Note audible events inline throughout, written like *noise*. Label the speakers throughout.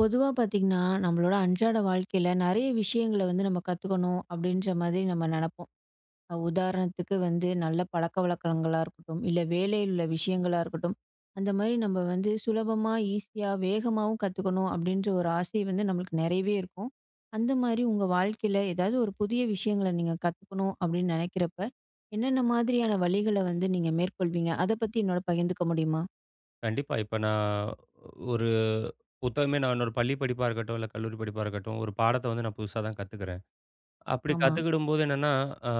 Speaker 1: பொதுவா பார்த்தீங்கன்னா, நம்மளோட அன்றாட வாழ்க்கையில நெறைய விஷயங்கள வந்து நம்ம கத்துக்கணும் அப்டின்ற மாதிரி நம்ம நெனப்போம். உதாரணத்துக்கு வந்து நல்ல பழக்கவழக்கங்களா இருக்கட்டும், இல்ல வேலையில் உள்ள விஷயங்களா இருக்கட்டும். அந்த மாரி நம்ம வந்து சுலபமா, ஈஸியா, வேகமாவும் கத்துக்கணும் அப்டின்ற ஒரு ஆசை வந்து நம்மளுக்கு நெறையவே இருக்கும். அந்த மாரி உங்க வாழ்க்கையில ஏதாவது ஒரு புதிய விஷயங்கள நீங்க கத்துக்கணும் அப்டின்னு நெனைக்கிறப்ப, என்னென்ன மாதிரியான வழிகள வந்து நீங்க மேற்கொள்வீங்க? அத பத்தி என்னோட பகிர்ந்துக்க முடியுமா?
Speaker 2: கண்டிப்பா. இப்ப நான் ஒரு புத்தகமே நான் என்னோட பள்ளி படிப்பா இருக்கட்டும், இல்ல கல்லூரி படிப்பா இருக்கட்டும், ஒரு பாடத்த வந்து நான் புதுசா தான் கத்துக்கிறேன். அப்படி
Speaker 1: ஆமா,
Speaker 2: கத்துக்கிடும்போது என்னன்னா, அ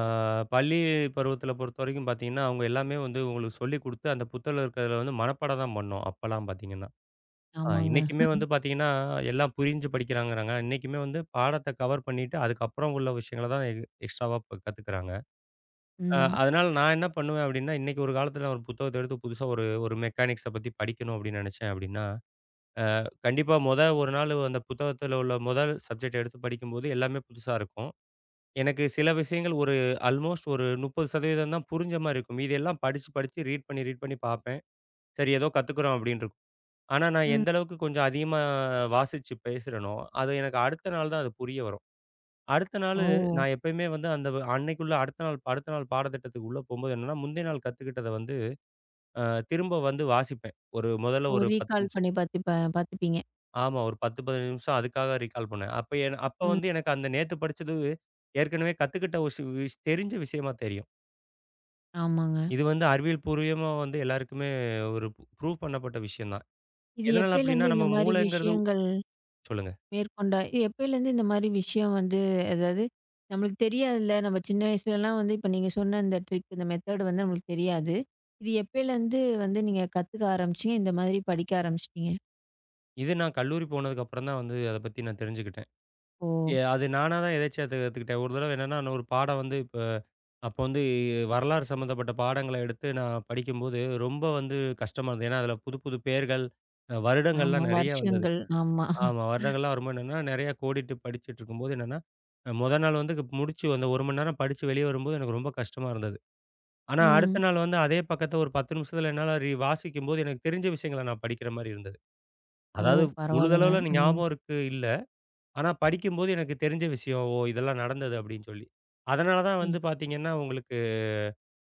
Speaker 2: பள்ளி பருவத்தில பொறுத்தவரைக்கும் பார்த்தீங்கன்னா, அவங்க எல்லாமே வந்து உங்களுக்கு சொல்லிக் குடுத்து, அந்த புத்தகத்தில இருக்கிறத வந்து மனப்பாடம் தான் பண்ணோம், அப்பலாம் பார்த்தீங்கன்னா.
Speaker 1: ஆமாங்க.
Speaker 2: இன்னைக்குமே வந்து பார்த்தீங்கன்னா, எல்லாம் புரிஞ்சு படிக்கிறாங்கிறாங்க. இன்னைக்குமே வந்து பாடத்த கவர் பண்ணிட்டு, அதுக்கப்புறம் உள்ள விஷயங்கள தான் எக்ஸ்ட்ராவா இப்ப கத்துக்கிறாங்க.
Speaker 1: ம்.
Speaker 2: அதனால நான் என்ன பண்ணுவேன் அப்படின்னா, இன்னைக்கு ஒரு காலத்தில ஒரு புத்தகத்த எடுத்து புதுசா ஒரு ஒரு மெக்கானிக்ஸ பத்தி படிக்கணும் அப்படின்னு நெனச்சேன் அப்படின்னா கண்டிப்பா மொத ஒரு நாள் அந்த புத்தகத்துல உள்ள முதல் சப்ஜெக்ட் எடுத்து படிக்கும்போது எல்லாமே புதுசா இருக்கும். எனக்கு சில விஷயங்கள் ஒரு ஆல்மோஸ்ட் ஒரு 30% தான் புரிஞ்ச மாரி இருக்கும். மீதி எல்லாம் படிச்சு, படிச்சு ரீட் பண்ணி, ரீட் பண்ணி பார்ப்பேன். சரி ஏதோ கத்துக்குறோம் அப்படின்னு இருக்கும். ஆனா நான்
Speaker 1: ம்.
Speaker 2: எந்த அளவுக்கு கொஞ்சம் அதிகமா வாசிச்சு பேசுறேனோ, அது எனக்கு அடுத்த நாள் தான் அது புரிய வரும். அடுத்த நாளு
Speaker 1: ஓ!
Speaker 2: நான் எப்பயுமே வந்து அந்த அன்னைக்குள்ள அடுத்த நாள் அடுத்த நாள் பாடத்திட்டத்துக்கு உள்ள போம்போது என்னன்னா, முந்தைய நாள் கத்துக்கிட்டத வந்து அ திரும்ப வந்து வாசிப்பேன். ஒரு முதல்ல
Speaker 1: ஓ!
Speaker 2: ஒரு 10
Speaker 1: ரீகால்
Speaker 2: நிமிஷம்.
Speaker 1: பண்ணி பாத்து பாத்துப்பீங்க.
Speaker 2: ஆமா. ஒரு 10, 15 நிமிஷம் அதுக்காக ரீகால் பண்ணேன். அப்ப அப்ப
Speaker 1: ம்.
Speaker 2: வந்து எனக்கு அந்த நேத்து படிச்சது ஏற்கனவே கத்துக்கிட்ட ஒரு சி விஷ் தெரிஞ்ச விஷயமா தெரியும்.
Speaker 1: ஆமாங்க.
Speaker 2: இது வந்து அறிவியல் பூர்வமா வந்து எல்லாருக்குமே ஒரு ப்ரூவ் பண்ணப்பட்ட விஷயம் தான்.
Speaker 1: இது
Speaker 2: எதனால அப்டின்னா,
Speaker 1: எப்பயிலேருந்து இந்த
Speaker 2: நம்ம
Speaker 1: மாரி
Speaker 2: மூளைங்கிறது
Speaker 1: விஷயங்கள்
Speaker 2: சொல்லுங்க.
Speaker 1: இது எப்பயிலேருந்து இந்த மாரி விஷயம் வந்து அதாவது நம்மளுக்கு தெரியாதுல்ல. நம்ம சின்ன வயசுலலாம் வந்து இப்ப நீங்க சொன்ன இந்த ட்ரிக் இந்த மெத்தேர்டு வந்து நம்மளுக்கு தெரியாது. இது எப்பயிலேருந்து வந்து நீங்க கத்துக்க ஆரம்பிச்சீங்க? இந்த மாதிரி படிக்க ஆரம்பிச்சுட்டீங்க?
Speaker 2: இது நான் கல்லூரி போனதுக்கு அப்புறம் தான் வந்து அத பத்தி நான் தெரிஞ்சுக்கிட்டேன்.
Speaker 1: ஓ!
Speaker 2: அது நானா தான் எதேர்ச்சியா கத்துக்கிட்டேன். ஒரு தடவ என்னன்னா, நான் ஒரு பாடம் வந்து இப்ப அப்ப வந்து வரலாறு சம்மந்தப்பட்ட பாடங்கள எடுத்து நான் படிக்கும்போது ரொம்ப வந்து கஷ்டமா இருந்தது. ஏன்னா, அதுல புது புது பெயர்கள்,
Speaker 1: ஆமா.
Speaker 2: வருடங்கள்லாம் நெறைய வந்தது.
Speaker 1: வருஷங்கள். ஆமா.
Speaker 2: ஆமா. வருடங்கள்லாம் வரும்போது என்னன்னா, நெறைய கோடிட்டு படிச்சுட்டு இருக்கும்போது என்னன்னா, மொத நாள் வந்து முடிச்சு அந்த 1 மணி நேரம் படிச்சு வெளிய வரும்போது எனக்கு ரொம்ப கஷ்டமா இருந்தது. ஆனா அடுத்த
Speaker 1: ம்.
Speaker 2: நாள் வந்து அதே பக்கத்த ஒரு 10 நிமிஷத்துல என்னால வாசிக்கும்போது எனக்கு தெரிஞ்ச விஷயங்கள நான் படிக்கிற மாரி இருந்தது.
Speaker 1: ஓ!
Speaker 2: அதாவது
Speaker 1: பரவால்லங்க.
Speaker 2: முழுதளவுல
Speaker 1: ம்.
Speaker 2: ஞாபகம் இருக்கு இல்ல. ஆனா படிக்கும்போது எனக்கு தெரிஞ்ச விஷயம். ஓ! இதெல்லாம் நடந்தது அப்படின்னு சொல்லி. அதனால தான்
Speaker 1: ம்.
Speaker 2: வந்து பார்த்தீங்கன்னா, உங்களுக்கு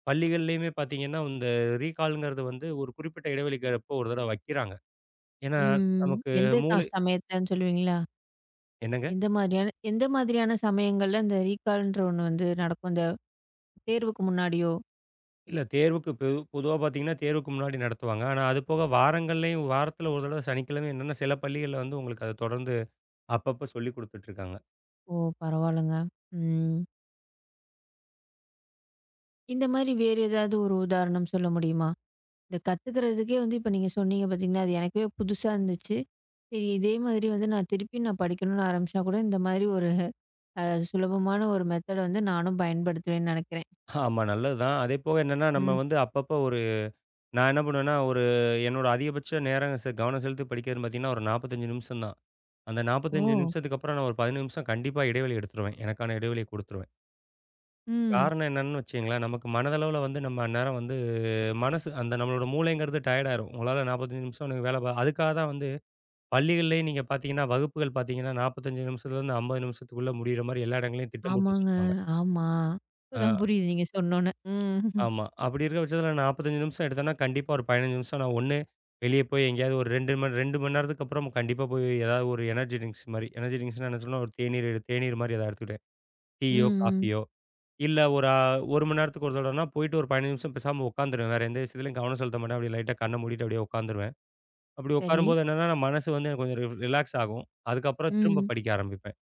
Speaker 2: பள்ளிகள்லயுமே பார்த்தீங்கன்னா, இந்த ரீகால்ங்கிறது வந்து ஒரு குறிப்பிட்ட இடைவெளிக்கு அப்போ ஒரு தடவ வைக்கிறாங்க. ஏன்னா
Speaker 1: ம்.
Speaker 2: நமக்கு
Speaker 1: எந்த
Speaker 2: மூளை
Speaker 1: சமயத்துலன்னு சொல்லுவீங்களா?
Speaker 2: என்னங்க?
Speaker 1: எந்த மாதிரியான சமயங்கள்ல இந்த ரீகால்ன்ற ஒண்ணு வந்து நடக்கும்? இந்த தேர்வுக்கு முன்னாடியோ?
Speaker 2: இல்ல தேர்வுக்கு பொதுவா பார்த்தீங்கன்னா, தேர்வுக்கு முன்னாடி நடத்துவாங்க. ஆனா அது போக வாரங்கள்லயும் வாரத்துல ஒரு தடவ சனிக்கிழமை என்னன்னா, சில பள்ளிகள்ல வந்து உங்களுக்கு அத தொடர்ந்து அப்பப்ப சொல்லிக் குடுத்துட்டு இருக்காங்க.
Speaker 1: ஓ! பரவால்லங்க. ம். இந்த மாரி வேறு ஏதாவது ஒரு உதாரணம் சொல்ல முடியுமா? இந்த கத்துக்கிறதுக்கே வந்து இப்ப நீங்க சொன்னீங்க பார்த்தீங்களா, அது எனக்கே புதுசா இருந்துச்சு. சரி இதே மாதிரி வந்து நான் திருப்பி நான் படிக்கணும்னு ஆரம்பிச்சா கூட இந்த மாதிரி ஒரு அ சுலபமான ஒரு மெத்தட வந்து நானும் பயன்படுத்துவேன்னு நெனைக்கிறேன்.
Speaker 2: ஆமா நல்லது தான். அதே போக என்னன்னா, நம்ம
Speaker 1: ம்.
Speaker 2: வந்து அப்பப்ப ஒரு நான் என்ன பண்ணுவேன்னா, ஒரு என்னோட அதிகபட்ச நேரம் கவனம் செலுத்தி படிக்கிறதுன்னு பார்த்தீங்கன்னா, ஒரு 45 நிமிஷம் தான். அந்த 45
Speaker 1: ஓ!
Speaker 2: நிமிஷத்துக்கு அப்புறம் நான் ஒரு 15 நிமிஷம் கண்டிப்பா இடைவெளி எடுத்துருவேன். எனக்கான இடைவெளிய குடுத்துருவேன்.
Speaker 1: ம்.
Speaker 2: காரணம் என்னன்னு வச்சுக்கங்களேன், நமக்கு மனதளவுல வந்து நம்ம அந்நேரம் வந்து மனசு அந்த நம்மளோட மூளைங்கிறது டயர்ட் ஆயிரும். உங்களால 45 நிமிஷம் எனக்கு வேலை பா அதுக்காக தான் வந்து பள்ளிகள்லயே நீங்க பார்த்தீங்கன்னா, வகுப்புகள் பார்த்தீங்கன்னா, 45 நிமிஷத்துலருந்து 50 நிமிஷத்துக்குள்ள முடியிற மாரி எல்லா இடங்கள்லயும் திட்டம் போட்டு
Speaker 1: ஆமாங்க.
Speaker 2: வச்சிருப்பாங்க.
Speaker 1: ஆமா.
Speaker 2: அ
Speaker 1: இப்பதான் புரியுது நீங்க சொன்னோனே. ம்.
Speaker 2: ஆமா. அப்படி இருக்க பட்சத்தில 45 நிமிஷம் எடுத்தேன்னா, கண்டிப்பா ஒரு 15 நிமிஷம் நான் ஒண்ணு வெளிய போய் எங்கேயாவது ஒரு 2 மணி நேரத்துக்கு அப்புறம் கண்டிப்பா போய் ஏதாவது ஒரு எனர்ஜி ட்ரிங்க்ஸ் மாரி. எனர்ஜி ட்ரிங்க்ஸ்னா என்ன சொல்லணும், ஒரு தேநீர் தேநீர் மாரி ஏதாவது எடுத்துக்கிட்டேன்.
Speaker 1: ம்,
Speaker 2: டீயோ,
Speaker 1: ம்.
Speaker 2: காஃபியோ இல்ல ஒரு 1 மணி நேரத்துக்கு ஒரு தடவனா போயிட்டு ஒரு 15 நிமிஷம் பேசாம உட்காந்துருவேன். வேற எந்த விஷயத்துலயும் கவனம் செலுத்த மாட்டேன். அப்படியே லைட்டா கண்ண மூடிட்டு அப்படியே உட்காந்துருவேன். அப்படி
Speaker 1: சரி.
Speaker 2: உட்காரும்போது என்னன்னா, நான் மனசு வந்து எனக்கு கொஞ்சம் ரிலாக்ஸ் ஆகும். அதுக்கப்புறம் திரும்ப
Speaker 1: ம்.
Speaker 2: படிக்க ஆரம்பிப்பேன்.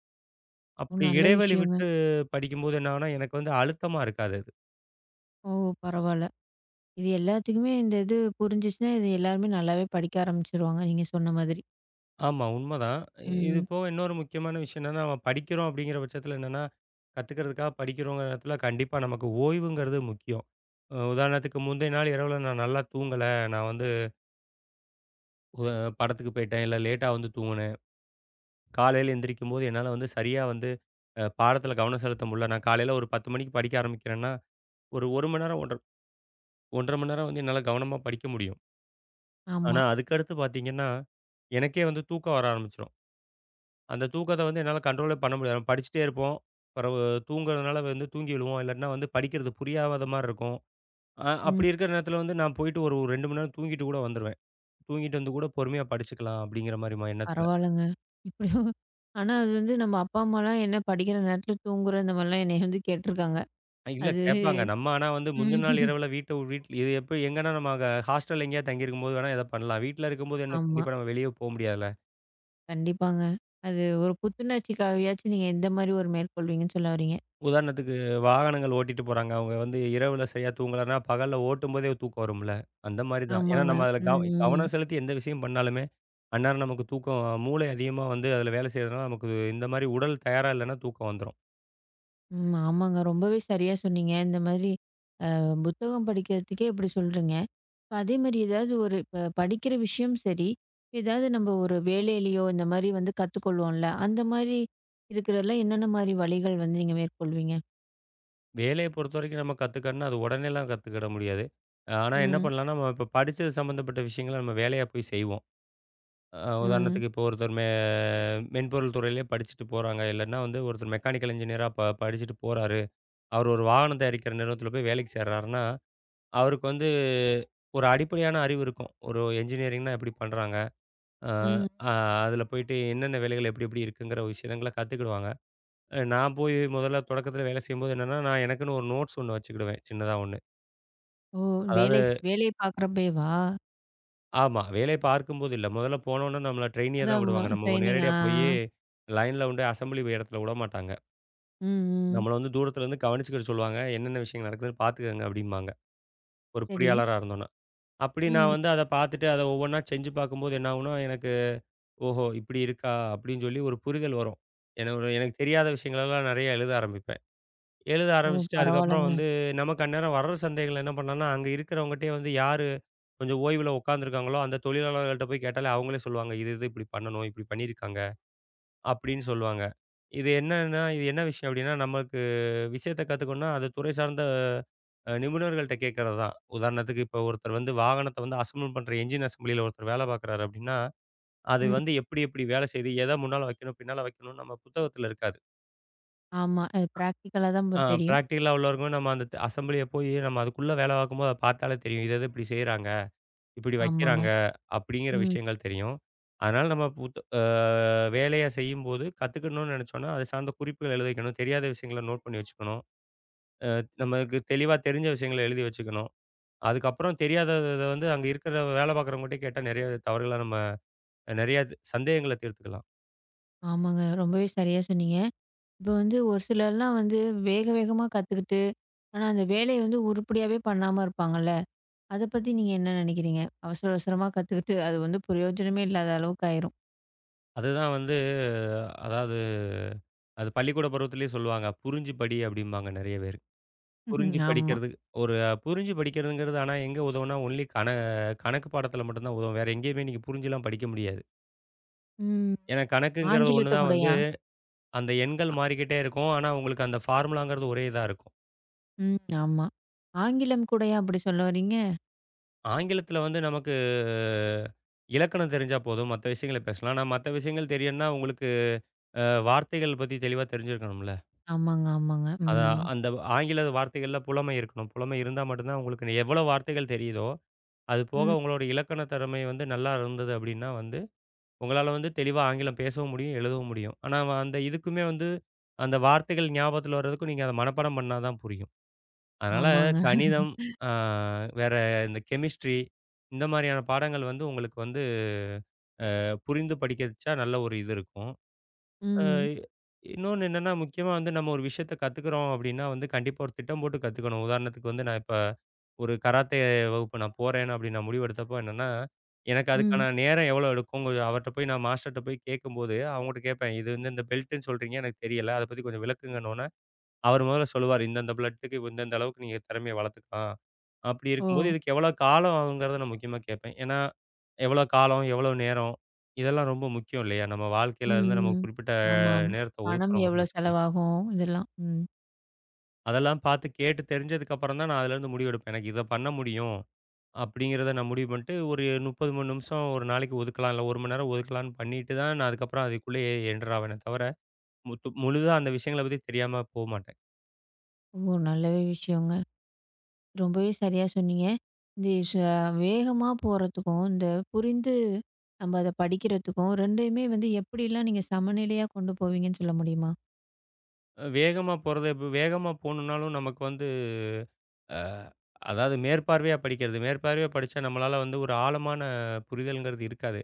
Speaker 1: ஓ!
Speaker 2: அப்படி
Speaker 1: நல்ல
Speaker 2: இடைவெளி
Speaker 1: விஷயங்க.
Speaker 2: விட்டு படிக்கும்போது என்ன ஆகும்னா, எனக்கு வந்து அழுத்தமா இருக்காது அது.
Speaker 1: ஓ! பரவால்ல. இது எல்லாத்துக்குமே இது புரிஞ்சுச்சுன்னா, இது எல்லாருமே நல்லாவே படிக்க ஆரம்பிச்சுருவாங்க, நீங்க சொன்ன மாதிரி.
Speaker 2: ஆமா உண்மதான். இது
Speaker 1: ம்.
Speaker 2: போக இன்னொரு முக்கியமான விஷயம் என்னன்னா, நம்ம படிக்கிறோம் அப்படிங்கிற பட்சத்தில என்னன்னா, கத்துக்கிறதுக்காக படிக்கிறோங்கிற இடத்துல கண்டிப்பா நமக்கு ஓய்வுங்கிறது முக்கியம். உதாரணத்துக்கு முந்தைய நாள் இரவுல நான் நல்லா தூங்கல. நான் வந்து உ படத்துக்கு போயிட்டேன், இல்ல லேட்டா வந்து தூங்குனேன். காலையில எந்திரிக்கும்போது என்னால வந்து சரியா வந்து பாடத்தில கவனம் செலுத்த முடியல. நான் காலையில ஒரு 10 மணிக்கு படிக்க ஆரம்பிக்கிறேன்னா, ஒரு 1 மணி நேரம், 1 1/2 மணி நேரம் வந்து என்னால கவனமா படிக்க முடியும்.
Speaker 1: ஆமா.
Speaker 2: ஆனா, அதுக்கடுத்து பார்த்தீங்கன்னா, எனக்கே வந்து தூக்கம் வர ஆரம்பிச்சுரும். அந்த தூக்கத்த வந்து என்னால கண்ட்ரோலே பண்ண முடியாது. நம்ம படிச்சுட்டே இருப்போம். பிறவு தூங்குறதுனால வந்து தூங்கி விழுவோம். இல்லாட்டினா வந்து படிக்கிறது புரியாத மாரி இருக்கும். அப்படி
Speaker 1: ம்.
Speaker 2: இருக்கிற நேரத்தில வந்து நான் போயிட்டு ஒரு 2 மணி நேரம் தூங்கிட்டு கூட வந்துருவேன். தூங்கிட்டு வந்து கூட பொறுமையா படிச்சுக்கலாம் அப்படிங்கிற மாரி எண்ணத்தில.
Speaker 1: பரவால்லங்க. இப்படியும் ஆனா அது வந்து நம்ம அப்பா, அம்மாலாம் என்ன படிக்கிற நேரத்துல தூங்குற இந்த மாரிலாம் என்னைய வந்து கேட்டுருக்காங்க.
Speaker 2: இல்ல
Speaker 1: அது
Speaker 2: கேட்பாங்க. நம்ம ஆனா வந்து முந்தின நாள்
Speaker 1: ம்.
Speaker 2: இரவுல வீட்ல இது எப்ப எங்கன்னா நம்ம அங்க ஹாஸ்டல்ல எங்கேயாவது தங்கியிருக்கும்போது வேணா எத பண்ணலாம். வீட்ல இருக்கும்போது என்ன
Speaker 1: ஆமா.
Speaker 2: கண்டிப்பா நம்ம வெளிய போ முடியாதுல்ல.
Speaker 1: கண்டிப்பாங்க. அது ஒரு புத்துணர்ச்சிக்காகயாச்சும் நீங்க எந்த மாரி ஒரு மேற்கொள்வீங்கன்னு சொல்ல வர்றீங்க.
Speaker 2: உதாரணத்துக்கு வாகனங்கள் ஓட்டிட்டு போறாங்க. அவங்க வந்து இரவுல சரியா தூங்கலன்னா, பகல்ல ஓட்டும்போதே தூக்கம் வரும்ல. அந்த மாரி தான். ஏன்னா
Speaker 1: ஆமாங்க.
Speaker 2: நம்ம அதில
Speaker 1: ம், ம்.
Speaker 2: கவனம் செலுத்தி எந்த விஷயம் பண்ணாலுமே, அந்நேரம் நமக்கு தூக்கம் மூளை அதிகமா வந்து அதில வேலை செய்றதுனால, நமக்கு இந்த மாரி உடல் தயாரா இல்லன்னா தூக்கம் வந்துரும்.
Speaker 1: ம். ஆமாங்க. ரொம்பவே சரியா சொன்னீங்க. இந்த மாதிரி அ புத்தகம் படிக்கிறதுக்கே இப்படி சொல்றீங்க. அதே மாரி ஏதாவது ஒரு இப்ப படிக்கிற விஷயம் சரி. ஏதாவது நம்ம ஒரு வேலையிலயோ இந்த மாரி வந்து கத்துக்கொள்வோம்ல, அந்த மாரி இருக்கிறதுல என்னென்ன மாரி வழிகள் வந்து நீங்க மேற்கொள்வீங்க?
Speaker 2: வேலைய பொறுத்தவரைக்கும் நம்ம கத்துக்கணும்னா, அது உடனேலாம் கத்துக்கிட முடியாது. ஆனா என்ன
Speaker 1: ம்,
Speaker 2: பண்ணலாம்னா, நம்ம இப்ப படிச்சது சம்மந்தப்பட்ட விஷயங்கள நம்ம வேலையா போய் செய்வோம். அ
Speaker 1: ம்,
Speaker 2: உதாரணத்துக்கு இப்போ ஒருத்தர் மென்பொருள் துறையிலே படிச்சுட்டு போறாங்க. இல்லன்னா வந்து ஒருத்தர் மெக்கானிக்கல் இன்ஜினியரா படிச்சுட்டு போறாரு. அவர் ஒரு வாகனம் தயாரிக்கிற நிறுவனத்தில போய் வேலைக்கு சேர்றாருன்னா, அவருக்கு வந்து ஒரு அடிப்படையான அறிவு இருக்கும். ஒரு என்ஜினியரிங்னா எப்படி பண்றாங்க? அ
Speaker 1: ம்.
Speaker 2: அ அதில போயிட்டு என்னென்ன வேலைகள் எப்படி எப்படி இருக்குங்கிற விஷயங்கள கத்துக்கிடுவாங்க. நான் போய் முதல்ல தொடக்கத்தில வேலை செய்யும்போது என்னன்னா, நான் எனக்குன்னு ஒரு நோட்ஸ் ஒண்ணு வச்சுக்கிடுவேன். சின்னதா ஒண்ணு.
Speaker 1: ஓ!
Speaker 2: அதாவது
Speaker 1: வேலை வேலை பார்க்குறப்பயேவா?
Speaker 2: ஆமா. வேலை பார்க்கும்போது இல்ல. முதல்ல போனோனே நம்மள ட்ரெய்னியா தான்
Speaker 1: அதான்
Speaker 2: விடுவாங்க. நம்ம
Speaker 1: ட்ரெய்னிங் ஆ.
Speaker 2: நேரடியா போயி லைன்ல கொண்டு அசெம்பிளி இடத்துல விடமாட்டாங்க.
Speaker 1: ம், ம்.
Speaker 2: நம்மள வந்து தூரத்தில இருந்து கவனிச்சுக்கிட சொல்லுவாங்க. என்னென்ன விஷயங்கள் நடக்குதுன்னு பார்த்துக்கங்க அப்படிம்பாங்க. ஒரு
Speaker 1: சரி.
Speaker 2: பொறியாளரா இருந்தோம்னா. அப்படி நான்
Speaker 1: ம்.
Speaker 2: வந்து அத பார்த்துட்டு, அத ஒவ்வொன்னா செஞ்சு பார்க்கும்போது என்ன ஆகும்னா, எனக்கு "ஓஹோ! இப்படி இருக்கா?" அப்படின்னு சொல்லி ஒரு புரிதல் வரும். ஏன்னா, ஒரு எனக்கு தெரியாத விஷயங்களெல்லாம் நெறைய எழுத ஆரம்பிப்பேன். எழுத
Speaker 1: ஓ!
Speaker 2: ஆரம்பிச்சுட்டு அதுக்கப்புறம்
Speaker 1: பரவால்லங்க.
Speaker 2: வந்து நமக்கு அந்நேரம் வர்ற சந்தேகங்கள் என்ன பண்ணலாம்னா, அங்க இருக்கிறவங்கட்டயே வந்து யாரு கொஞ்சம் ஓய்வுல உட்காந்துருக்காங்களோ, அந்த தொழிலாளர்கள்ட்ட போய் கேட்டாலே அவங்களே சொல்லுவாங்க. "இது இது இப்படி பண்ணணும். இப்படி பண்ணியிருக்காங்க." அப்படின்னு சொல்லுவாங்க. இது என்னன்னா, இது என்ன விஷயம் அப்படின்னா, நம்ம விஷயத்த கத்துக்கணும்னா, அது துறை சார்ந்த நிபுணர்கள்ட்ட கேட்கிறது தான். உதாரணத்துக்கு இப்போ ஒருத்தர் வந்து வாகனத்த வந்து அசெம்பிள் பண்ற என்ஜின் அசெம்பிளில ஒருத்தர் வேலை பார்க்குறாரு அப்படின்னா, அது
Speaker 1: ம்.
Speaker 2: வந்து எப்படி எப்படி வேலை செய்யுது, எத முன்னால வைக்கணும், பின்னால வைக்கணும்னு நம்ம புத்தகத்துல இருக்காது.
Speaker 1: ஆமா. அது பிராக்டிகலா தான்
Speaker 2: ஆ
Speaker 1: தெரியும்.
Speaker 2: பிராக்டிகலா உள்ளவங்க நம்ம அந்த அசெம்பிளிய போய் நம்ம அதுக்குள்ள வேலை பார்க்கும்போது அத பார்த்தாலே தெரியும். இத இத இப்படி செய்றாங்க, இப்படி
Speaker 1: ஆமாங்க.
Speaker 2: வைக்கிறாங்க அப்படிங்கிற
Speaker 1: ம்.
Speaker 2: விஷயங்கள் தெரியும். அதனால நம்ம புத் அ வேலைய செய்யும்போது கத்துக்கணும்னு நினைச்சோம்னா, அது சார்ந்த குறிப்புகள் எழுதி வைக்கணும். தெரியாத விஷயங்கள நோட் பண்ணி வச்சுக்கணும். அ நமக்கு தெளிவா தெரிஞ்ச விஷயங்கள எழுதி வச்சுக்கணும். அதுக்கப்புறம் தெரியாதத வந்து அங்க இருக்கிற வேலை பார்க்குறவங்ககிட்டயே கேட்டா நெறைய தவறுகள நம்ம நெறைய சந்தேகங்கள தீர்த்துக்கலாம்.
Speaker 1: ஆமாங்க. ரொம்பவே சரியா சொன்னீங்க. இப்போ வந்து ஒரு சிலர்லாம் வந்து வேக வேகமா கத்துக்கிட்டு, ஆனா அந்த வேலைய வந்து உருப்படியாவே பண்ணாம இருப்பாங்கல்ல. அத பத்தி நீங்க என்ன நினைக்கிறீங்க? அவசர அவசரமா கத்துக்கிட்டு அது வந்து பிரயோஜனமே இல்லாத அளவுக்கு ஆயிரும்.
Speaker 2: அதுதான் வந்து அதாவது அது பள்ளிக்கூட பருவத்திலேயே சொல்லுவாங்க. புரிஞ்சு படி அப்படிம்பாங்க நெறைய பேரு. புரிஞ்சு
Speaker 1: *laughs* ஆமா.
Speaker 2: படிக்கிறது ஒரு புரிஞ்சு படிக்கிறதுங்கிறது ஆனா எங்க உதவும்னா ஒன்லி கணக்கு பாடத்தில மட்டும் தான் உதவும். வேற எங்கேயுமே நீங்க புரிஞ்சுலாம் படிக்க முடியாது.
Speaker 1: ம்.
Speaker 2: ஏன்னா கணக்குங்கிறது ஒண்ணு
Speaker 1: ஆங்கிலத்த
Speaker 2: தான் வந்து
Speaker 1: கூடயா?
Speaker 2: அந்த எண்கள் மாறிக்கிட்டே இருக்கும். ஆனா உங்களுக்கு அந்த ஃபார்முலாங்கிறது ஒரே இதா இருக்கும்.
Speaker 1: ம். ஆமா. ஆங்கிலம் கூடயா அப்படி சொல்ல வர்றீங்க?
Speaker 2: ஆங்கிலத்தில வந்து நமக்கு இலக்கணம் தெரிஞ்சா போதும். மத்த விஷயங்கள பேசலாம். ஆனா மத்த விஷயங்கள் தெரியணும்னா உங்களுக்கு அ வார்த்தைகள் பத்தி தெளிவா தெரிஞ்சிருக்கணும்ல.
Speaker 1: ஆமாங்க, ஆமாங்க. ம்.
Speaker 2: அதான் அந்த ஆங்கில வார்த்தைகள்ல புலமை இருக்கணும். புலமை இருந்தா மட்டும் தான் உங்களுக்கு எவ்வளோ வார்த்தைகள் தெரியுதோ, அது போக
Speaker 1: ம்.
Speaker 2: உங்களோட இலக்கண திறமை வந்து நல்லா இருந்தது அப்டின்னா வந்து, உங்களால வந்து தெளிவா ஆங்கிலம் பேசவும் முடியும், எழுதவும் முடியும். ஆனா அந்த இதுக்குமே வந்து அந்த வார்த்தைகள் ஞாபகத்துல வர்றதுக்கும் நீங்க அத மனப்பாடம் பண்ணா தான் புரியும். அதனால
Speaker 1: ஆமாங்க.
Speaker 2: கணிதம், ஆ வேற இந்த கெமிஸ்ட்ரி இந்த மாரியான பாடங்கள் வந்து உங்களுக்கு வந்து புரிந்து படிக்கச்சா நல்ல ஒரு இது இருக்கும். அ
Speaker 1: ம்.
Speaker 2: இன்னொன்னு என்னன்னா, முக்கியமா வந்து நம்ம ஒரு விஷயத்த கத்துக்கிறோம் அப்டின்னா வந்து கண்டிப்பா ஒரு திட்டம் போட்டு கத்துக்கணும். உதாரணத்துக்கு வந்து நான் இப்ப ஒரு கராத்தே வகுப்பு நான் போறேன் அப்டின்னு நான் முடிவெடுத்தப்போ என்னன்னா, எனக்கு
Speaker 1: ம்.
Speaker 2: அதுக்கான நேரம் எவ்வளோ எடுக்கும் அவர்ட்ட போய் நான் மாஸ்டர்ட்ட போய் கேட்கும்போது, அவங்கட்ட கேட்பேன். இது வந்து இந்த பெல்ட்டுன்னு சொல்றீங்க எனக்கு தெரியல. அத பத்தி கொஞ்சம் விளக்குங்கன்னோன அவர் முதல்ல சொல்லுவாரு. இந்தந்த பிளட்டுக்கு இந்தந்த அளவுக்கு நீங்க திறமைய வளர்த்துக்கலாம். அப்படி இருக்கும்போது
Speaker 1: ஓ!
Speaker 2: இதுக்கு எவ்வளோ காலம் ஆகுங்கிறத நான் முக்கியமா கேட்பேன். ஏன்னா, எவ்வளோ காலம், எவ்வளோ நேரம் இதெல்லாம் ரொம்ப முக்கியம் இல்லையா? நம்ம வாழ்க்கையில
Speaker 1: ம்,
Speaker 2: இருந்து நம்ம
Speaker 1: ம்.
Speaker 2: குறிப்பிட்ட
Speaker 1: ஆமாம்.
Speaker 2: நேரத்த
Speaker 1: பணம்
Speaker 2: ஒதுக்குறோங்கிற
Speaker 1: எவ்வளோ
Speaker 2: பட்சத்துல.
Speaker 1: செலவாகும்? இதெல்லாம். ம்.
Speaker 2: அதெல்லாம் பார்த்து கேட்டு தெரிஞ்சதுக்கு அப்புறம் தான் நான் அதுலேருந்து முடிவெடுப்பேன். எனக்கு இத பண்ண முடியும் அப்படிங்கிறத நான் முடிவு பண்ணிட்டு ஒரு 30 மணி நிமிஷம் ஒரு நாளைக்கு ஒதுக்கலாம். இல்ல 1 மணி நேரம் ஒதுக்கலான்னு பண்ணிட்டு தான் நான் அதுக்கப்புறம் அதுக்குள்ளேயே என்டர் ஆவேனே தவிர, முழுதா அந்த விஷயங்கள பத்தி தெரியாம போமாட்டேன்.
Speaker 1: ஓ! நல்லவே விஷயங்க. ரொம்பவே சரியா சொன்னீங்க. இந்த வேகமா போறதுக்கும், இந்த புரிந்து நம்ம அத படிக்கிறதுக்கும் 2யுமே வந்து எப்படிலாம் நீங்க சமநிலையா கொண்டு போவீங்கன்னு சொல்ல முடியுமா?
Speaker 2: வேகமா போறது வேகமா போணும்னாலும் நமக்கு வந்து அ அதாவது மேற்பார்வையா படிக்கிறது. மேற்பார்வையா படிச்சா நம்மளால வந்து ஒரு ஆழமான புரிதல்ங்கிறது இருக்காது.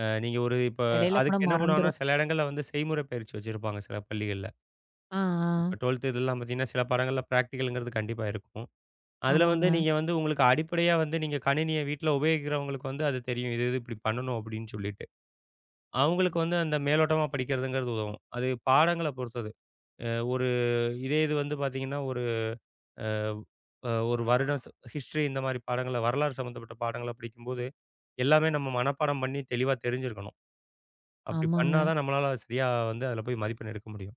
Speaker 2: நீங்க ஒரு இப்ப
Speaker 1: இடையில கூட
Speaker 2: அதுக்கு என்ன பண்ணுவாங்கன்னா,
Speaker 1: மறந்துரும்.
Speaker 2: சில இடங்கள்ல வந்து செய்முறை பயிற்சி வச்சிருப்பாங்க சில பள்ளிகள்ல.
Speaker 1: ஆ, ஆ.
Speaker 2: இப்ப 12த் இதெல்லாம் பார்த்தீங்கன்னா, சில பாடங்கள்ல பிராக்டிகல்ங்கிறது கண்டிப்பா இருக்கும். அதுல வந்து
Speaker 1: ஆமாங்க,
Speaker 2: நீங்க வந்து உங்களுக்கு அடிப்படையா வந்து நீங்க கணினிய வீட்ல உபயோகிக்கிறவங்களுக்கு வந்து அது தெரியும். இது இது இப்படி பண்ணணும் அப்படின்னு சொல்லிட்டு. அவங்களுக்கு வந்து அந்த மேலோட்டமா படிக்கிறதுங்கிறது உதவும். அது பாடங்கள பொறுத்தது. ஒரு இதே இது வந்து பார்த்தீங்கன்னா, ஒரு அ அ ஒரு வருடம் ஹிஸ்ட்ரி இந்த மாரி பாடங்கள வரலாறு சம்மந்தப்பட்ட பாடங்கள படிக்கும்போது, எல்லாமே நம்ம மனப்பாடம் பண்ணி தெளிவா தெரிஞ்சிருக்கணும். அப்படி பண்ணா
Speaker 1: ஆமாங்க.
Speaker 2: தான் நம்மளால சரியா வந்து அதில போய் மதிப்பெண் எடுக்க முடியும்.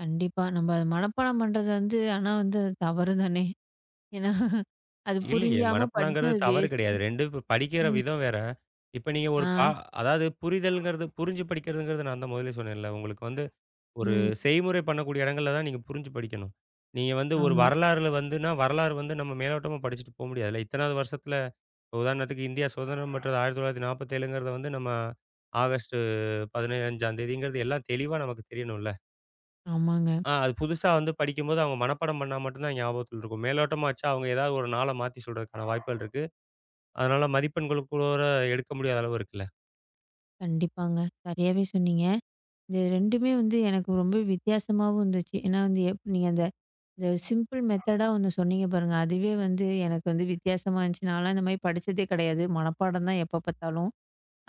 Speaker 1: கண்டிப்பா. நம்ம அத மனப்பாடம் பண்றது வந்து ஆனா வந்து அது தவறு தானே. ஏன்னா, அது
Speaker 2: ஆ. இல்லையே!
Speaker 1: புரிஞ்சாம படிச்சு
Speaker 2: மனப்பாடங்கிறது
Speaker 1: அது
Speaker 2: தவறு கிடையாது.
Speaker 1: வேஸ்ட்டு.
Speaker 2: 2 இப்ப படிக்கிற
Speaker 1: ம்.
Speaker 2: விதம் வேற. இப்ப நீங்க ஒரு
Speaker 1: ஆ.
Speaker 2: அதாவது புரிதல்ங்கிறது புரிஞ்சு படிக்கிறதுங்கிறது நான் தான் முதலே சொன்னேன்ல. உங்களுக்கு வந்து ஒரு
Speaker 1: ம்.
Speaker 2: செய்முறை பண்ணக்கூடிய இடங்கள்ல தான் நீங்க புரிஞ்சு படிக்கணும். நீங்க வந்து ஒரு
Speaker 1: ஆமா.
Speaker 2: வரலாறுல வந்துன்னா, வரலாறு வந்து நம்ம மேலோட்டமா படிச்சுட்டு போ முடியாதுல்ல. இத்தனாவது வருஷத்துல இப்ப உதாரணத்துக்கு இந்தியா சுதந்திரம் பெற்றது 1947ங்கிறத வந்து நம்ம ஆகஸ்ட்டு 15ஆம் தேதிங்கிறது எல்லாம் தெளிவா நமக்கு தெரியணும்ல.
Speaker 1: ஆமாங்க.
Speaker 2: அது புதுசா வந்து படிக்கும்போது அவங்க மனப்பாடம் பண்ணா மட்டும் தான் ஞாபகத்துல இருக்கும். மேலோட்டமா வச்சா அவங்க ஏதாவது ஒரு நாள மாத்தி சொல்றதுக்கான வாய்ப்புகள் இருக்கு. அதனால மதிப்பெண்கள் கூட எடுக்க முடியாத அளவு இருக்குல்ல.
Speaker 1: கண்டிப்பாங்க. சரியாவே சொன்னீங்க. இது 2மே வந்து எனக்கு ரொம்ப வித்தியாசமாவும் இருந்துச்சு. ஏன்னா வந்து நீங்க அந்த இந்த சிம்பிள் மெத்தடா ஒண்ணு சொன்னீங்க பாருங்க. அதுவே வந்து எனக்கு வந்து வித்தியாசமா இருந்துச்சு. நான்லாம் இந்த மாரி படிச்சதே கிடையாது. மனப்பாடம் தான் எப்ப பார்த்தாலும்.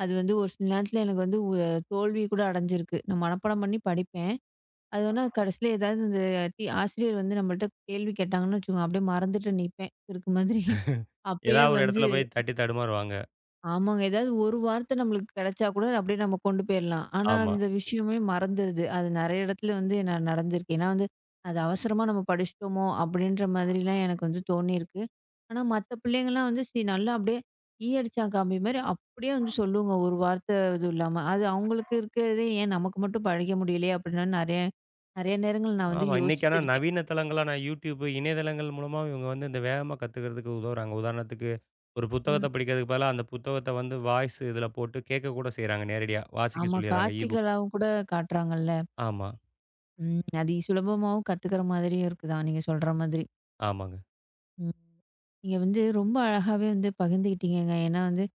Speaker 1: அது வந்து ஒரு சில நேரத்துல எனக்கு வந்து தோல்வி கூட அடைஞ்சிருக்கு. நான் மனப்பாடம் பண்ணி படிப்பேன். அது வேணா கடைசியில ஏதாவது இந்த ஆசிரியர் வந்து நம்மள்ட்ட கேள்வி கேட்டாங்கன்னு வச்சுக்கோங்க, அப்படியே மறந்துட்டு நிப்பேன், கிறுக்கு மாதிரி. அப்பயே
Speaker 2: ஏதாவது ஒரு
Speaker 1: வந்து
Speaker 2: இடத்துல போய் தட்டி தடுமாறுவாங்க.
Speaker 1: ஆமாங்க. ஏதாவது ஒரு வார்த்தை நம்மளுக்கு கிடைச்சா கூட அப்படியே நம்ம கொண்டு போயிரலாம். ஆனா,
Speaker 2: ஆமா.
Speaker 1: அந்த விஷயமே மறந்துருது. அது நிறைய இடத்துல வந்து நான் நடந்திருக்கு. ஏன்னா வந்து, அது அவசரமா நம்ம படிச்சுட்டோமோ! அப்படின்ற மாதிரிலாம் எனக்கு வந்து தோணியிருக்கு. ஆனா, மத்த பிள்ளைங்கலாம் வந்து நல்லா அப்படியே ஈ அடிச்சா காபி மாரி அப்படியே வந்து சொல்லுங்க. ஒரு வார்த்தை இது இல்லாம. அது அவங்களுக்கு இருக்கிறதே ஏன் நமக்கு மட்டும் படிக்க முடியலையே! அப்படின்னு நிறைய நிறைய நேரங்கள் நான் வந்து
Speaker 2: ஆமா. இன்னைக்கு ஆனா
Speaker 1: யோசிச்சிருக்கேன்.
Speaker 2: நவீன தளங்களா நான் YouTube, இணையதளங்கள் மூலமா இவங்க வந்து இந்த வேகமா கத்துக்கிறதுக்கு உதவுறாங்க. உதாரணத்துக்கு, ஒரு
Speaker 1: ம்.
Speaker 2: புத்தகத்த படிக்கிறதுக்கு பதிலா, அந்த புத்தகத்த வந்து வாய்ஸ் இதில போட்டு கேட்க கூட செய்றாங்க நேரடியா. வாசிக்க
Speaker 1: ஆமா.
Speaker 2: சொல்லிர்றாங்க. இ புக்.
Speaker 1: காட்சிகளாவும் கூட காட்டுறாங்கல்ல.
Speaker 2: ஆமா,
Speaker 1: ம். அது சுலபமாவும் கத்துக்கிற மாதிரியும் இருக்குதான், நீங்க சொல்ற மாதிரி.
Speaker 2: ஆமாங்க.
Speaker 1: ம். நீங்க வந்து ரொம்ப அழகாவே வந்து பகிர்ந்துக்கிட்டீங்கங்க. ஏன்னா வந்து,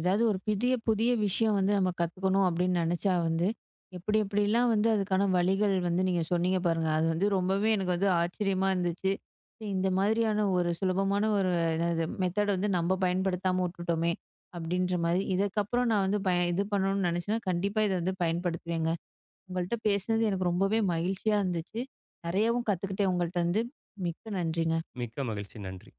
Speaker 1: ஏதாவது ஒரு புதிய புதிய விஷயம் வந்து நம்ம கத்துக்கணும் அப்படின்னு நெனச்சா வந்து, எப்படி எப்படிலாம் வந்து அதுக்கான வழிகள் வந்து நீங்க சொன்னீங்க பாருங்க. அது வந்து ரொம்பவே எனக்கு வந்து ஆச்சரியமா இருந்துச்சு. சரி இந்த மாதிரியான ஒரு சுலபமான ஒரு என்னது மெத்தட் வந்து நம்ம பயன்படுத்தாம உட்டுட்டோமே! அப்படின்ற மாதிரி. இதுக்கப்புறம் நான் வந்து இது பண்ணணும்னு நெனச்சேன்னா, கண்டிப்பா இத வந்து பயன்படுத்துவேங்க. உங்கள்ட்ட பேசினது எனக்கு ரொம்பவே மகிழ்ச்சியா இருந்துச்சு. நெறையாவும் கத்துக்கிட்டேன் உங்கள்ட்ட இருந்து. மிக்க நன்றி.
Speaker 2: மிக்க மகிழ்ச்சி. நன்றி.